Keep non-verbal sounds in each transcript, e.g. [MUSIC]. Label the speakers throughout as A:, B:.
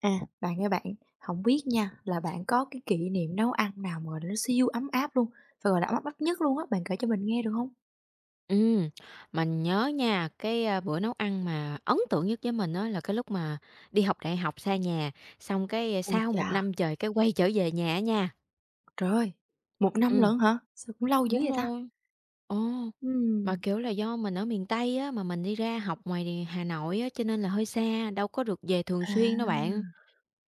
A: À, bạn ơi bạn, không biết nha, là bạn có cái kỷ niệm nấu ăn nào mà, gọi là, nó siêu ấm áp luôn, và, gọi là, ấm áp nhất luôn á, bạn kể cho mình nghe được không?
B: Ừm, mình nhớ nha, bữa nấu ăn mà ấn tượng nhất với mình đó là cái lúc mà đi học đại học xa nhà, xong cái
A: Ôi
B: sau
A: chà!
B: một năm trời cái quay trở về nhà á nha.
A: Trời ơi! một năm
B: Ừ.
A: lận hả? Sao cũng lâu dữ
B: Đúng
A: vậy ta?
B: rồi. Ồ, mà,
A: Ừm.
B: kiểu là, do mình ở miền Tây á, mà mình đi ra học ngoài đì Hà Nội á, cho nên là hơi xa, đâu có được về thường
A: À,
B: xuyên đâu bạn.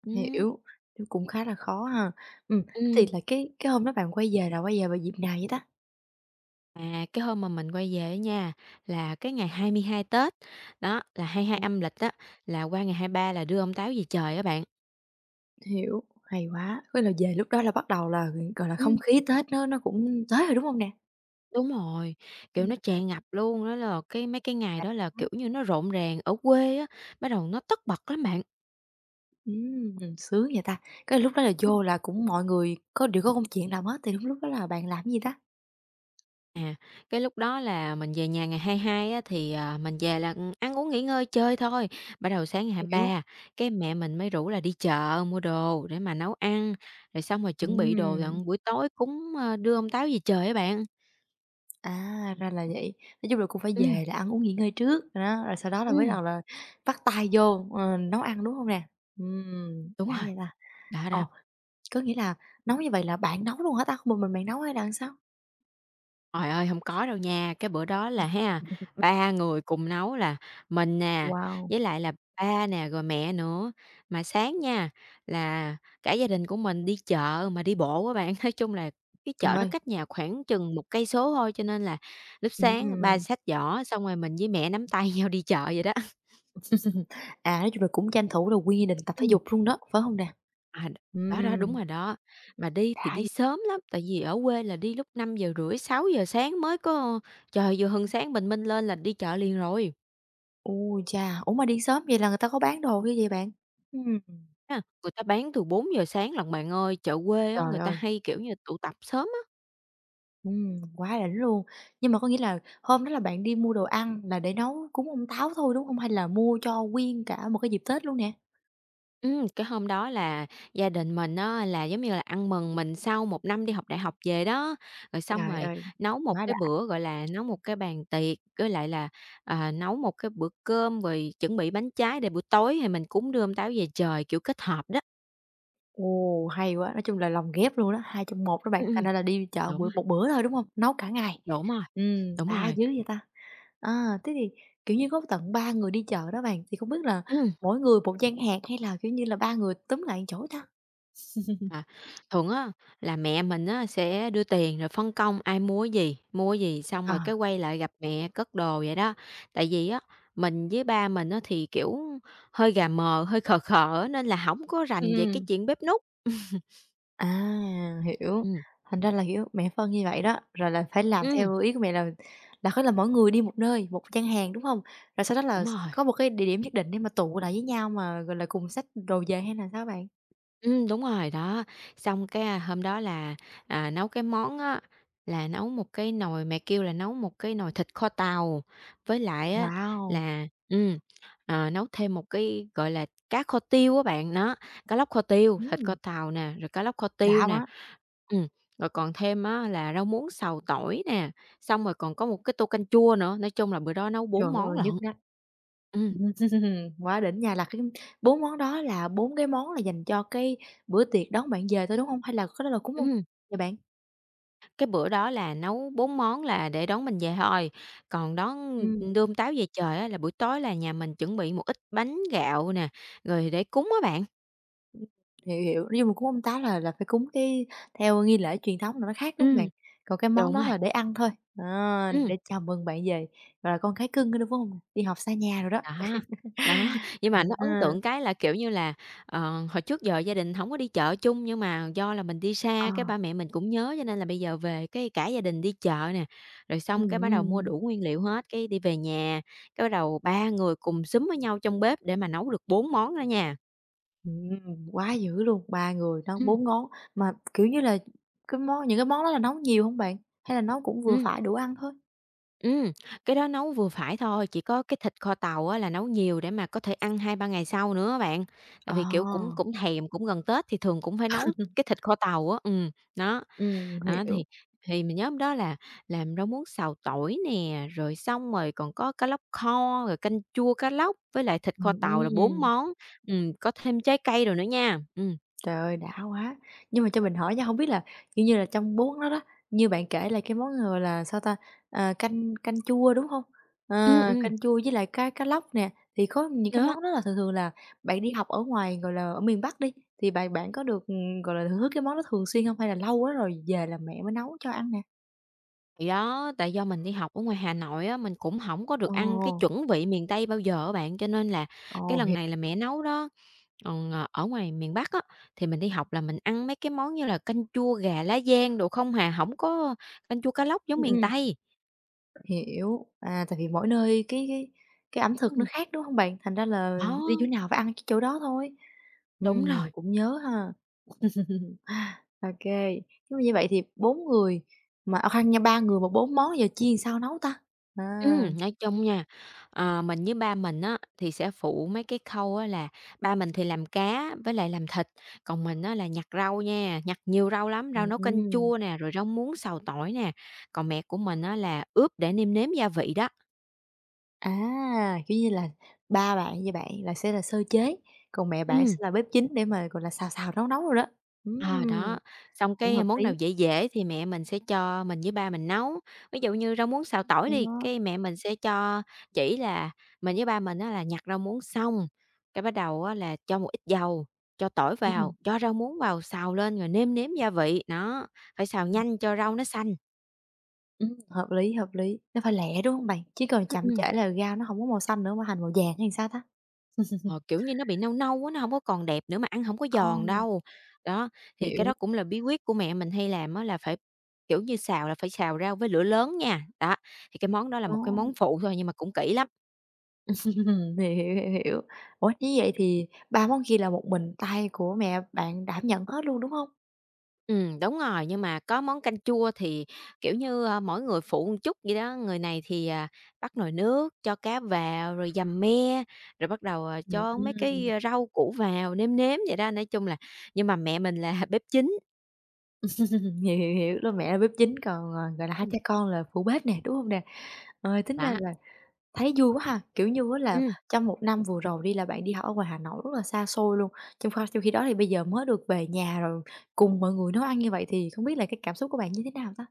B: Ừm,
A: hiểu, chứ cũng khá là khó ha. Thế thì
B: ừm,
A: là cái hôm đó bạn quay về là quay về vào dịp nào vậy ta?
B: cái hôm mà mình quay về á nha, là cái ngày 22 Tết, đó, là 22
A: Ồ.
B: âm lịch á, là qua ngày 23 là đưa ông Táo về trời á bạn.
A: Hiểu, hay quá, có là về lúc đó là bắt đầu là, gọi là, không
B: Ừm.
A: khí Tết nó cũng tới rồi, đúng không nè?
B: Đúng rồi, kiểu,
A: Ừm.
B: nó tràn ngập luôn, đó là cái mấy cái ngày đó là, kiểu như, nó rộn ràng ở quê á, bắt đầu nó tất bật lắm bạn.
A: Sướng vậy ta! Cái lúc đó là
B: Ừm,
A: vô là cũng mọi người có đều có công chuyện làm hết, thì lúc lúc đó là bạn làm cái gì ta?
B: à, cái lúc đó là mình về nhà ngày 22 á thì, mình về là, ăn uống, nghỉ ngơi, chơi thôi, bắt đầu sáng ngày hai
A: Hiểu.
B: ba cái mẹ mình mới rủ là đi chợ mua đồ để mà nấu ăn, rồi xong rồi chuẩn bị đồ
A: Ừm,
B: đặng buổi tối cúng, đưa ông Táo về trời á bạn.
A: à, ra là vậy. Nói chung là cũng phải
B: Ừm,
A: về là ăn uống nghỉ ngơi trước, rồi đó, rồi sau đó là bắt
B: ừm,
A: đầu là bắt tay vô, nấu ăn, đúng không nè?
B: đúng
A: Đã
B: rồi,
A: vậy ta.
B: đó, đó.
A: Ồ, có nghĩa là nấu như vậy là bạn nấu luôn hả ta? Không? Một mình bạn nấu hay là sao?
B: Trời ơi, không có đâu nha. Cái bữa đó là ha,
A: [LAUGHS]
B: 3 người cùng nấu là mình nè,
A: Wow,
B: với lại là ba nè, rồi mẹ nữa. Mà sáng nha, là cả gia đình của mình đi chợ mà đi bộ các bạn. [LAUGHS] Nói chung là cái
A: trời
B: chợ nó
A: ơi!
B: cách nhà khoảng chừng một cây số thôi, cho nên là lúc sáng ba
A: Ừm,
B: xách giỏ, xong rồi mình với mẹ nắm tay [LAUGHS] nhau đi chợ vậy đó.
A: [LAUGHS] à, nói chung là cũng tranh thủ là quy định tập thể
B: Ừm,
A: dục luôn đó, phải không nè?
B: à, đó, đó, đúng
A: Ừm,
B: rồi đó. Mà đi thì
A: đã.
B: đi sớm lắm, tại vì ở quê là đi lúc 5:30 6 giờ sáng mới có trời, vừa hừng sáng bình minh lên là đi chợ liền rồi.
A: Ui cha! Ủa, mà đi sớm vậy là người ta có bán đồ cái gì bạn? Ừm.
B: Ha, người ta bán từ 4 giờ sáng lận bạn ơi, chợ quê á,
A: Trời
B: người ta
A: ơi!
B: hay, kiểu như, tụ tập sớm á.
A: Quá đỉnh luôn. Nhưng mà có nghĩa là hôm đó là bạn đi mua đồ ăn là để nấu cúng ông Táo thôi, đúng không? Hay là mua cho nguyên cả một cái dịp Tết luôn nè?
B: Cái hôm đó là gia đình mình á, là, giống như là, ăn mừng mình sau một năm đi học đại học về đó, rồi xong
A: Trời
B: rồi
A: ơi!
B: nấu một
A: Quá đã.
B: cái bữa, gọi là, nấu một cái bàn tiệc, với lại là, nấu một cái bữa cơm rồi chuẩn bị bánh trái để buổi tối thì mình cúng đưa ông Táo về trời, kiểu, kết hợp đó.
A: Ồ, hay quá! Nói chung là lồng ghép luôn đó, hai trong một đó bạn,
B: Ừm,
A: thành
B: ừm,
A: ra là đi chợ
B: đúng
A: bữa
B: rồi,
A: một bữa thôi, đúng không? Nấu cả ngày.
B: đúng rồi,
A: Ừ,
B: đúng
A: đã
B: rồi.
A: dữ vậy ta! À, thế thì, kiểu như, có tận 3 người đi chợ đó bạn, thì không biết là
B: Ừm.
A: mỗi người một gian hàng hay là, kiểu như là, 3 người túm lại một chỗ ta?
B: À, thường á là mẹ mình á sẽ đưa tiền rồi phân công ai mua cái gì xong
A: Ờ.
B: rồi cái quay lại gặp mẹ cất đồ vậy đó. Tại vì á mình với ba mình á thì, kiểu, hơi gà mờ, hơi khờ khờ á nên là không có rành về cái
A: Ừm.
B: chuyện bếp núc.
A: À, hiểu.
B: Ừm,
A: Thành ra là, kiểu, mẹ phân như vậy đó, rồi là phải làm
B: ừm,
A: theo ý của mẹ là có là mỗi người đi một nơi, một gian hàng, đúng hông? Rồi sau đó
B: [LAUGHS]
A: là
B: đúng rồi.
A: có một cái địa điểm nhất định để mà tụ lại với nhau mà, gọi là, cùng xách đồ về hay là sao bạn?
B: Đúng rồi, đó. Xong cái, hôm đó là, nấu cái món á, là nấu một cái nồi mẹ kêu là nấu một cái nồi thịt kho tàu, với lại á
A: Wow!
B: là nấu thêm một cái, gọi là, cá kho tiêu á bạn, nó, cá lóc kho tiêu, thịt kho
A: Ừm,
B: tàu nè, rồi cá lóc kho
A: đã
B: tiêu nè.
A: quá!
B: Ừm, rồi còn thêm á là rau muống xào tỏi nè, xong rồi còn có một cái tô canh chua nữa, nói chung là bữa đó nấu
A: Trời
B: 4 món
A: ơi,
B: lận.
A: nhức nách.
B: Ừm,
A: Ừm, [LAUGHS] Quá đỉnh nha, là cái 4 món đó là 4 cái món là dành cho cái bữa tiệc đón bạn về thôi, đúng hông? Hay là có đó là cúng ông
B: ừm.
A: vậy bạn?
B: Cái bữa đó là nấu 4 món là để đón mình về thôi, còn đón
A: Ừm.
B: đươm táo về trời á là buổi tối là nhà mình chuẩn bị một ít bánh gạo nè, rồi để cúng á bạn.
A: Hiểu, hiểu, nói chung cúng ông táo là phải cúng cái theo nghi lễ truyền thống là nó khác, đúng hông
B: Ừm,
A: bạn? Còn cái món
B: đúng
A: đó
B: rồi,
A: là để ăn thôi, à,
B: ừm,
A: để chào mừng bạn về, gọi là, con cái cưng đó, đúng hông? Đi học xa nhà rồi đó.
B: đó, đó. [LAUGHS] Nhưng mà
A: [LAUGHS]
B: nó ấn
A: À,
B: tượng cái là, kiểu như là, hồi trước giờ gia đình hổng có đi chợ chung, nhưng mà do là mình đi
A: ờ,
B: xa cái ba mẹ mình cũng nhớ, cho nên là bây giờ về cái cả gia đình đi chợ nè, rồi xong cái bắt đầu mua
A: ừm,
B: đủ nguyên liệu hết, cái đi về nhà, cái bắt đầu ba người cùng xúm với nhau trong bếp để mà nấu được 4 món đó nha.
A: quá dữ luôn, 3 người nấu
B: Ừm.
A: 4 ngón, mà, kiểu như là, cái món những cái món đó là nấu nhiều hông bạn? Hay là nấu cũng vừa
B: Ừm,
A: phải đủ ăn thôi?
B: ừm, cái đó nấu vừa phải thôi, chỉ có cái thịt kho tàu á là nấu nhiều để mà có thể ăn 2, 3 ngày sau nữa á bạn.
A: Ờ,
B: Tại vì, kiểu, cũng cũng thèm, cũng gần Tết thì thường cũng phải nấu cái thịt kho tàu á, đó, đó,
A: hiểu,
B: thì mình nhớ hôm đó là làm rau muống xào tỏi nè, rồi xong rồi còn có cá lóc kho, rồi canh chua cá lóc với lại thịt kho tàu là 4
A: ừm.
B: món, có thêm trái cây rồi nữa nha.
A: Trời ơi, đã quá! Nhưng mà cho mình hỏi nha, không biết là, kiểu như là, trong 4 món đó đó, như bạn kể là cái món, người là, sao ta, ờ, canh canh chua, đúng không? Ờ,
B: Ừm, ừm,
A: canh chua với lại cá cá lóc nè, thì có những cái
B: đó.
A: món đó là thường thường là bạn đi học ở ngoài, gọi là, ở miền Bắc đi, thì bạn bạn có được, gọi là, thưởng thức cái món đó thường xuyên không? Hay là lâu quá rồi về là mẹ mới nấu cho ăn nè?
B: Thì đó, tại do mình đi học ở ngoài Hà Nội á, mình cũng hổng có được
A: Ồ,
B: ăn cái chuẩn vị miền Tây bao giờ á bạn, cho nên là cái
A: ồ,
B: lần
A: hiểu.
B: này là mẹ nấu đó. Còn, ở ngoài miền Bắc á, thì mình đi học là mình ăn mấy cái món như là canh chua gà lá giang đồ không hà, hổng có canh chua cá lóc giống
A: Ừm,
B: miền
A: ừm.
B: Tây.
A: Hiểu, à, tại vì mỗi nơi cái cái ẩm thực nó
B: Ừm,
A: khác, đúng không bạn? Thành ra là
B: đó,
A: đi chỗ nào phải ăn cái chỗ đó thôi.
B: đúng rồi.
A: Cũng nhớ ha. OK, nhưng mà như vậy thì 4 người mà à, khoan nha, 3 người mà 4 món giờ chiên sao nấu ta? À,
B: Nói chung nha, mình với ba mình á, thì sẽ phụ mấy cái khâu á là ba mình thì làm cá với lại làm thịt, còn mình á là nhặt rau nha, nhặt nhiều rau lắm, rau nấu canh
A: ừm.
B: chua nè, rồi rau muống, xào tỏi nè, còn mẹ của mình á là ướp để nêm nếm gia vị đó.
A: À, kiểu như là, ba bạn như bạn là sẽ là sơ chế, còn mẹ bạn sẽ
B: Ừm.
A: là bếp chính để mà, gọi là, xào xào, nấu nấu rồi đó.
B: À,
A: Ừm,
B: đó, xong
A: cũng
B: cái
A: hợp
B: món
A: lý.
B: nào dễ dễ thì mẹ mình sẽ cho mình với ba mình nấu. Ví dụ như rau muống xào tỏi đi,
A: Ờ,
B: cái mẹ mình sẽ cho chỉ là mình với ba mình á là nhặt rau muống xong, cái bắt đầu á là cho một ít dầu, cho tỏi
A: ừm,
B: vào,
A: ừm.
B: cho rau muống vào xào lên rồi nêm nếm gia vị, đó, phải xào nhanh cho rau nó xanh.
A: Hợp lý, nó phải lẹ, đúng không bạn? Chứ còn
B: Ừm,
A: chậm
B: ừm.
A: trễ là rau nó không có màu xanh nữa mà thành màu vàng hay sao ta?
B: Ờ, kiểu như, nó bị nâu nâu á, nó hổng có còn đẹp nữa mà ăn hổng có
A: Ờ,
B: giòn đâu. Đó, thì cái
A: hiểu,
B: đó cũng là bí quyết của mẹ mình hay làm á là phải, kiểu như, xào là phải xào rau với lửa lớn nha. Đó, thì cái món đó là
A: ờ,
B: một cái món phụ thôi nhưng mà cũng kỹ lắm.
A: [LAUGHS] hiểu, hiểu, hiểu, hiểu. Ủa, như vậy thì 3 món kia là một mình tay của mẹ bạn đảm nhận hết luôn, đúng không?
B: Đúng rồi, nhưng mà có món canh chua thì, kiểu như, mỗi người phụ một chút vậy đó, người này thì, bắt nồi nước, cho cá vào rồi dầm me, rồi bắt đầu, cho mấy cái,
A: Ừm.
B: rau củ vào nêm nếm vậy đó. Nói chung là nhưng mà mẹ mình là [LAUGHS] bếp chính.
A: Hiểu, hiểu, hiểu, lúc mẹ là bếp chính còn, ờ, gọi là, hai
B: Ừm.
A: cha con là phụ bếp nè, đúng không nè? Ờ, tính ra
B: Đó.
A: là thấy vui quá ha, kiểu như á là
B: Ừm.
A: trong một năm vừa rồi đi là bạn đi học ở ngoài Hà Nội rất là xa xôi luôn, trong khi đó thì bây giờ mới được về nhà rồi cùng mọi người nấu ăn như vậy thì không biết là cái cảm xúc của bạn như thế nào ta?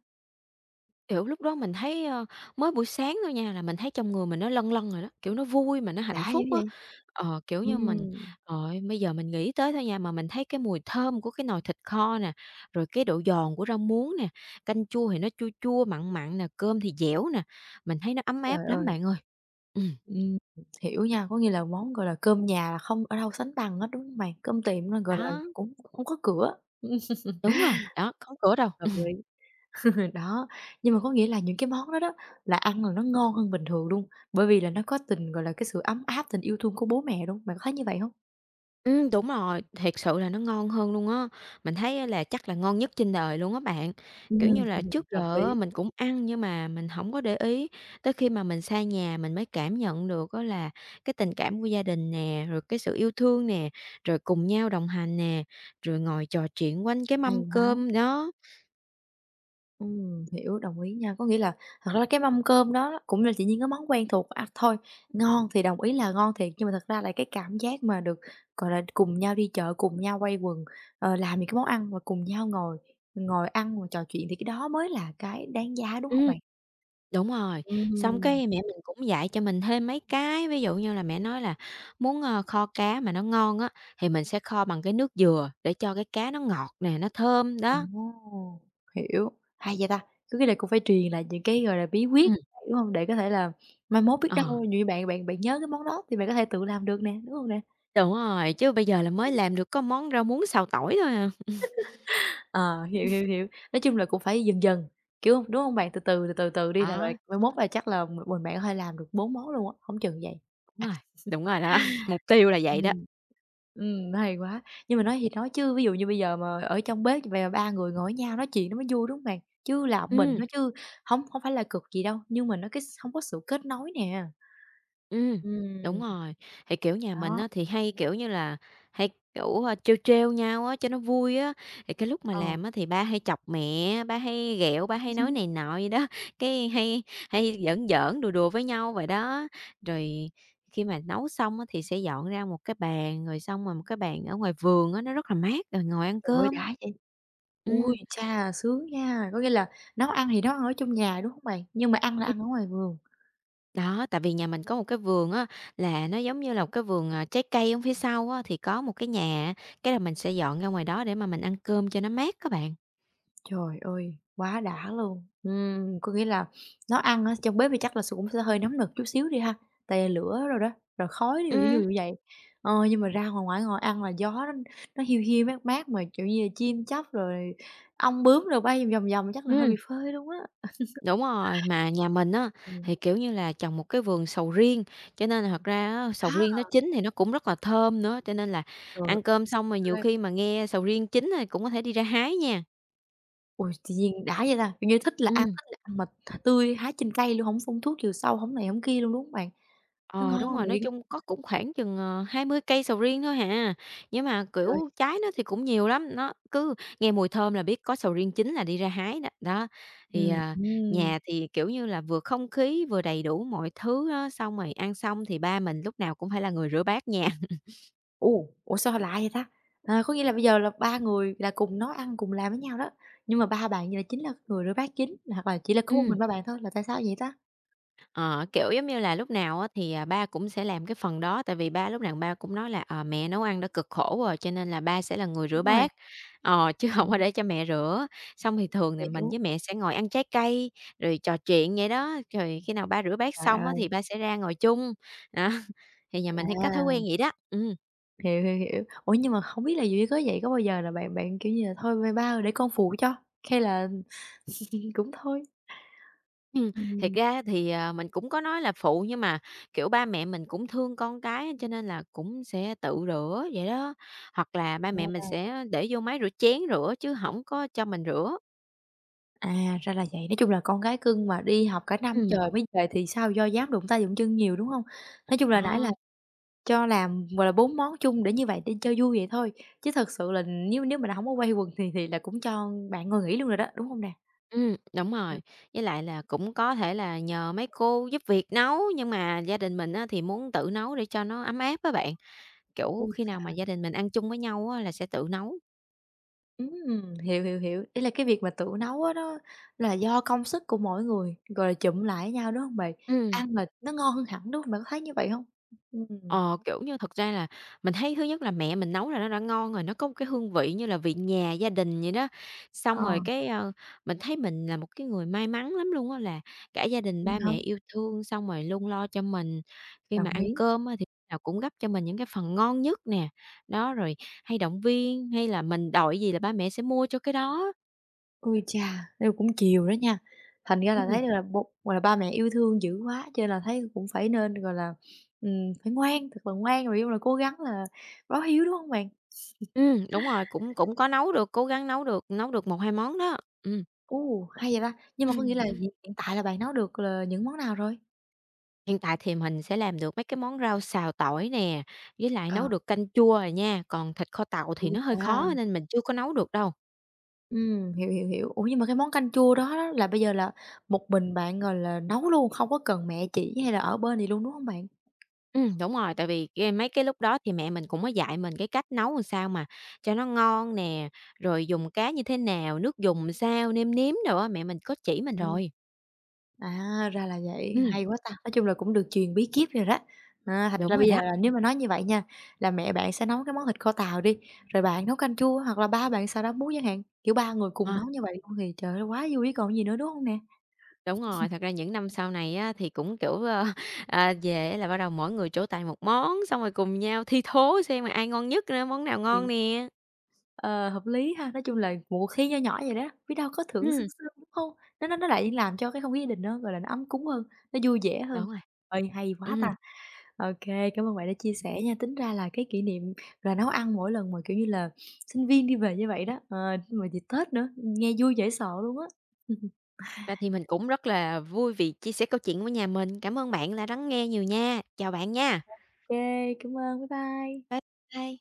B: Kiểu, lúc đó mình thấy, mới buổi sáng thôi nha là mình thấy trong người mình nó lân lân rồi đó, kiểu, nó vui mà nó hạnh
A: Đã dữ
B: phúc á.
A: vậy!
B: Ờ, kiểu như, mình
A: Ừm,
B: bây giờ mình nghĩ tới thôi nha mà mình thấy cái mùi thơm của cái nồi thịt kho nè, rồi cái độ giòn của rau muống nè, canh chua thì nó chua chua, mặn mặn nè, cơm thì dẻo nè, mình thấy nó ấm áp
A: trời
B: lắm
A: ơi,
B: bạn ơi. Ừm,
A: ừm, hiểu nha, có nghĩa là món, gọi là, cơm nhà là không ở đâu sánh bằng hết, đúng không mày? Cơm tiệm nó gọi là,
B: đó,
A: cũng không có cửa,
B: đúng rồi, đó, không cửa đâu.
A: hợp lý. [LAUGHS] Đó, nhưng mà có nghĩa là những cái món đó đó là ăn là nó ngon hơn bình thường luôn, bởi vì là nó có tình, gọi là, cái sự ấm áp, tình yêu thương của bố mẹ luôn, bạn có thấy như vậy không?
B: Đúng rồi, thiệt sự là nó ngon hơn luôn á. Mình thấy á là chắc là ngon nhất trên đời luôn á bạn. Kiểu
A: Ừm,
B: như là, trước
A: [LAUGHS] hợp
B: giờ á
A: lý.
B: mình cũng ăn nhưng mà mình không có để ý, tới khi mà mình xa nhà mình mới cảm nhận được á là cái tình cảm của gia đình nè, rồi cái sự yêu thương nè, rồi cùng nhau đồng hành nè, rồi ngồi trò chuyện quanh cái
A: Hay
B: mâm
A: quá,
B: cơm đó.
A: hiểu, đồng ý nha. Có nghĩa là thật ra cái mâm cơm đó cũng là chỉ những cái món quen thuộc, à, thôi, ngon thì đồng ý là ngon thiệt, nhưng mà thật ra là cái cảm giác mà được, gọi là, cùng nhau đi chợ, cùng nhau quay quần, ờ, làm những cái món ăn và cùng nhau ngồi ngồi ăn, và trò chuyện thì cái đó mới là cái đáng giá, đúng không
B: Ừm.
A: bạn?
B: Đúng rồi, xong
A: Ừm.
B: cái mẹ mình cũng dạy cho mình thêm mấy cái, ví dụ như là mẹ nói là muốn, kho cá mà nó ngon á, thì mình sẽ kho bằng cái nước dừa để cho cái cá nó ngọt nè, nó thơm,
A: Ồ,
B: đó.
A: hiểu, hay vậy ta! Cứ cái này cũng phải truyền lại những cái, gọi là, bí quyết,
B: Ừm,
A: đúng không? Để có thể là mai mốt biết
B: ờ,
A: đâu nhiều bạn bạn bạn nhớ cái món đó thì bạn có thể tự làm được nè, đúng không nè?
B: đúng rồi, chứ bây giờ là mới làm được có món rau muống xào tỏi thôi à.
A: Ờ, hiểu, hiểu, hiểu. Nói chung là cũng phải dần dần, kiểu, không, đúng không bạn? Từ từ, từ từ đi là bạn
B: Đó,
A: mai mốt là chắc là mình bạn có thể làm được 4 món luôn á, không chừng vậy.
B: đúng rồi, đúng rồi đó, [LAUGHS] mục tiêu là vậy đó.
A: Ừm. Hay quá. Nhưng mà nói gì nói chứ ví dụ như bây giờ mà ở trong bếp về ba người ngồi với nhau nói chuyện nó mới vui, đúng hông bạn? Chứ là một mình
B: Ừm.
A: nó chứ hông phải là cực gì đâu, nhưng mà nó cái hông có sự kết nối nè.
B: Ừm, đúng
A: Ừm.
B: rồi. Thì, kiểu, nhà mình
A: Đó,
B: á thì hay, kiểu như là, hay, kiểu, trêu trêu nhau á cho nó vui á, thì cái lúc mà
A: ờ.
B: làm á thì ba hay chọc mẹ, ba hay ghẹo, ba hay nói
A: Hứm.
B: này nọ vậy đó, [LAUGHS] cái hay hay giỡn giỡn, đùa đùa với nhau vậy đó. Rồi khi mà nấu xong á thì sẽ dọn ra một cái bàn, rồi xong rồi một cái bàn ở ngoài vườn á, nó rất là mát, rồi ngồi ăn
A: Trời ơi,
B: cơm.
A: đã vậy! Ui,
B: Ừm.
A: chà, sướng nha! Có nghĩa là nấu ăn thì nấu ăn ở trong nhà, đúng hông bạn? Nhưng mà ăn là ăn ở ngoài vườn.
B: Đó, tại vì nhà mình có một cái vườn á, là nó giống như là một cái vườn, trái cây ở phía sau á, thì có một cái nhà á, cái là mình sẽ dọn ra ngoài đó để mà mình ăn cơm cho nó mát các bạn.
A: Trời ơi, quá đã luôn! Có nghĩa là nó ăn ở trong bếp thì chắc là cũng sẽ hơi nóng nực chút xíu đi ha, tè lửa rồi đó, rồi khói đi, rồi như
B: Ừ.
A: như vậy. Ờ, nhưng mà ra ngoài ngoài ngồi ăn là gió nó hiu hiu, mát mát mà, kiểu như là, chim chóc rồi ong bướm đồ bay vòng vòng chắc là hơi
B: Ừm,
A: bị phơi luôn á.
B: đúng rồi, mà nhà mình á,
A: Ừm,
B: thì, kiểu như là, trồng một cái vườn sầu riêng, cho nên là thật ra á, sầu riêng
A: á,
B: nó chín thì nó cũng rất là thơm nữa, cho nên là
A: trời
B: ăn
A: ơi,
B: cơm
A: sướng
B: xong mà nhiều
A: ghê!
B: khi mà nghe sầu riêng chín rồi cũng có thể đi ra hái nha.
A: Ôi, tự nhiên đã vậy ta, kiểu như,
B: Ừm.
A: thích là ăn mà tươi, hái trên cây luôn, không phun thuốc trừ sâu, không này không kia luôn, đúng hông bạn? Nó
B: Ờ, đúng
A: ngon
B: rồi, nói
A: liền,
B: chung có cũng khoảng chừng, 20 cây sầu riêng thôi hà, nhưng mà,
A: trời ơi.
B: kiểu, trái nó thì cũng nhiều lắm, nó cứ nghe mùi thơm là biết có sầu riêng chín là đi ra hái đó. Đó, thì,
A: Ừm, ừm.
B: nhà thì, kiểu như là, vừa không khí vừa đầy đủ mọi thứ á, xong rồi ăn xong thì ba mình lúc nào cũng phải là người rửa bát nha.
A: Ồ! Ủa, sao lạ vậy ta? À, có nghĩa là bây giờ là ba người là cùng nấu ăn, cùng làm với nhau đó, nhưng mà ba bạn vậy là chính là người rửa bát chính, hoặc là chỉ là có một
B: Ừm.
A: mình ba
B: [LAUGHS]
A: bạn thôi, là tại sao vậy ta?
B: Ờ, kiểu, giống như là, lúc nào á thì, ba cũng sẽ làm cái phần đó, tại vì ba lúc nào ba cũng nói là, "Mẹ nấu ăn đã cực khổ rồi, cho nên là ba sẽ là người rửa
A: Đúng rồi,
B: bát." Ờ, chứ không
A: ừm,
B: có để cho mẹ rửa. Xong thì thường thì mình
A: hiểu,
B: với mẹ sẽ ngồi ăn trái cây, rồi trò chuyện vậy đó, rồi khi nào ba rửa bát
A: trời
B: xong
A: ơi,
B: á thì ba sẽ ra ngồi chung. Đó, thì nhà mình hay có thói
A: à,
B: quen vậy đó. Ừm.
A: hiểu, hiểu, hiểu. Ủa, nhưng mà không biết là dù có vậy có bao giờ là bạn bạn, kiểu như là, thôi ba ơi để con phụ cho, hay là [LAUGHS] cũng thôi?
B: Ừm, thiệt
A: Ừm,
B: ra thì, mình cũng có nói là phụ nhưng mà, kiểu, ba mẹ mình cũng thương con cái cho nên là cũng sẽ tự rửa vậy đó, hoặc là ba mẹ mình
A: à,
B: sẽ để vô máy rửa chén rửa chứ không có cho mình rửa.
A: à, ra là vậy, nói chung là con gái cưng mà đi học cả năm
B: Ừm.
A: trời mới về thì sao do dám đụng tay đụng chân nhiều, đúng không? Nói chung là nãy là
B: Ờ,
A: cho làm, gọi là, 4 món chung để như vậy để cho vui vậy thôi, chứ thật sự là nếu nếu mà là hổng có quay quần thì là cũng cho bạn ngồi nghỉ luôn rồi đó, đúng không nè?
B: đúng
A: Ừm,
B: rồi, với lại là cũng có thể là nhờ mấy cô giúp việc nấu, nhưng mà gia đình mình á thì muốn tự nấu để cho nó ấm áp á bạn, kiểu,
A: ôi
B: khi nào
A: chao!
B: mà gia đình mình ăn chung với nhau á là sẽ tự nấu.
A: Hiểu, hiểu, hiểu, ý là cái việc mà tự nấu á nó là do công sức của mỗi người, rồi là chụm lại với nhau, đúng không bạn?
B: Ừm.
A: Ăn là nó ngon hơn hẳn, đúng không? Bạn có thấy như vậy không? Ừm,
B: Ờ, kiểu như, thật ra là mình thấy thứ nhất là mẹ mình nấu là nó đã ngon rồi, nó có một cái hương vị như là vị nhà, gia đình vậy đó.
A: ờ,
B: Xong rồi cái, mình thấy mình là một cái người may mắn lắm luôn á, là cả gia đình
A: đúng
B: ba
A: hả?
B: mẹ yêu thương, xong rồi luôn lo cho mình. Khi mà
A: Đồng
B: ăn
A: ý.
B: cơm á thì lúc nào cũng gấp cho mình những cái phần ngon nhất nè, đó, rồi hay động viên, hay là mình đòi gì là ba mẹ sẽ mua cho cái đó.
A: Ôi chà, thế cũng chiều đó nha. Thành ra là
B: Ừm,
A: thấy được là gọi là, ba mẹ yêu thương dữ quá, cho nên là thấy cũng phải nên, gọi là, phải ngoan, thật là ngoan, rồi yêu là cố gắng là báo hiếu, đúng không bạn?
B: đúng rồi, cũng cũng có nấu được, cố gắng nấu được một hai món đó.
A: Ồ, hay vậy ta! Nhưng mà có nghĩa
B: Ừm.
A: là hiện hiện tại là bạn nấu được là những món nào rồi?
B: Hiện tại thì mình sẽ làm được mấy cái món rau xào tỏi nè, với lại
A: Ờ,
B: nấu được canh chua rồi nha, còn thịt kho tàu thì
A: ôi
B: nó hơi
A: chà,
B: khó nên mình chưa có nấu được đâu.
A: hiểu, hiểu, hiểu. Ủa, nhưng mà cái món canh chua đó đó là bây giờ là một mình bạn, rồi là, nấu luôn, không có cần mẹ chỉ hay là ở bên gì luôn, đúng không bạn?
B: Đúng rồi, tại vì cái mấy cái lúc đó thì mẹ mình cũng có dạy mình cái cách nấu làm sao mà cho nó ngon nè, rồi dùng cá như thế nào, nước dùng sao, nêm nếm đồ á, mẹ mình có chỉ mình
A: Ừm.
B: rồi.
A: À, ra là vậy,
B: Ừm,
A: hay quá ta! Nói chung là cũng được truyền bí kíp rồi đó. À, thành
B: đúng
A: ra bây
B: rồi
A: giờ
B: đó.
A: là nếu mà nói như vậy nha, là mẹ bạn sẽ nấu cái món thịt kho tàu đi, rồi bạn nấu canh chua hoặc là ba bạn xào rau muống chẳng hạn, kiểu, 3 người cùng
B: Ờ,
A: nấu như vậy luôn thì trời ơi, quá vui còn gì nữa, đúng không nè?
B: đúng rồi, thật ra những năm sau này á thì cũng, kiểu, [LAUGHS] về là bắt đầu mỗi người trổ tài một món, xong rồi cùng nhau thi thố xem là ai ngon nhất nữa, món nào ngon
A: Ừm.
B: nè.
A: Ờ, hợp lý ha, nói chung là một cuộc thi nho nhỏ vậy đó, biết đâu có thưởng xứng
B: Ừm.
A: xứng, đúng không? Nó lại làm cho cái không khí gia đình nó, gọi là, nó ấm cúng hơn, nó vui vẻ hơn.
B: Đúng rồi.
A: Ê, hay quá
B: Ừ,
A: ta! OK, cảm ơn bạn đã chia sẻ nha. Tính ra là cái kỷ niệm là nấu ăn mỗi lần mà, kiểu như là, sinh viên đi về như vậy đó, ờ, mà dịp Tết nữa, nghe vui dễ sợ luôn á. [LAUGHS] OK,
B: ra thì mình cũng rất là vui vì chia sẻ câu chuyện của nhà mình. Cảm ơn bạn đã lắng nghe nhiều nha. Chào bạn nha.
A: cảm ơn, bye bye.
B: Bye bye.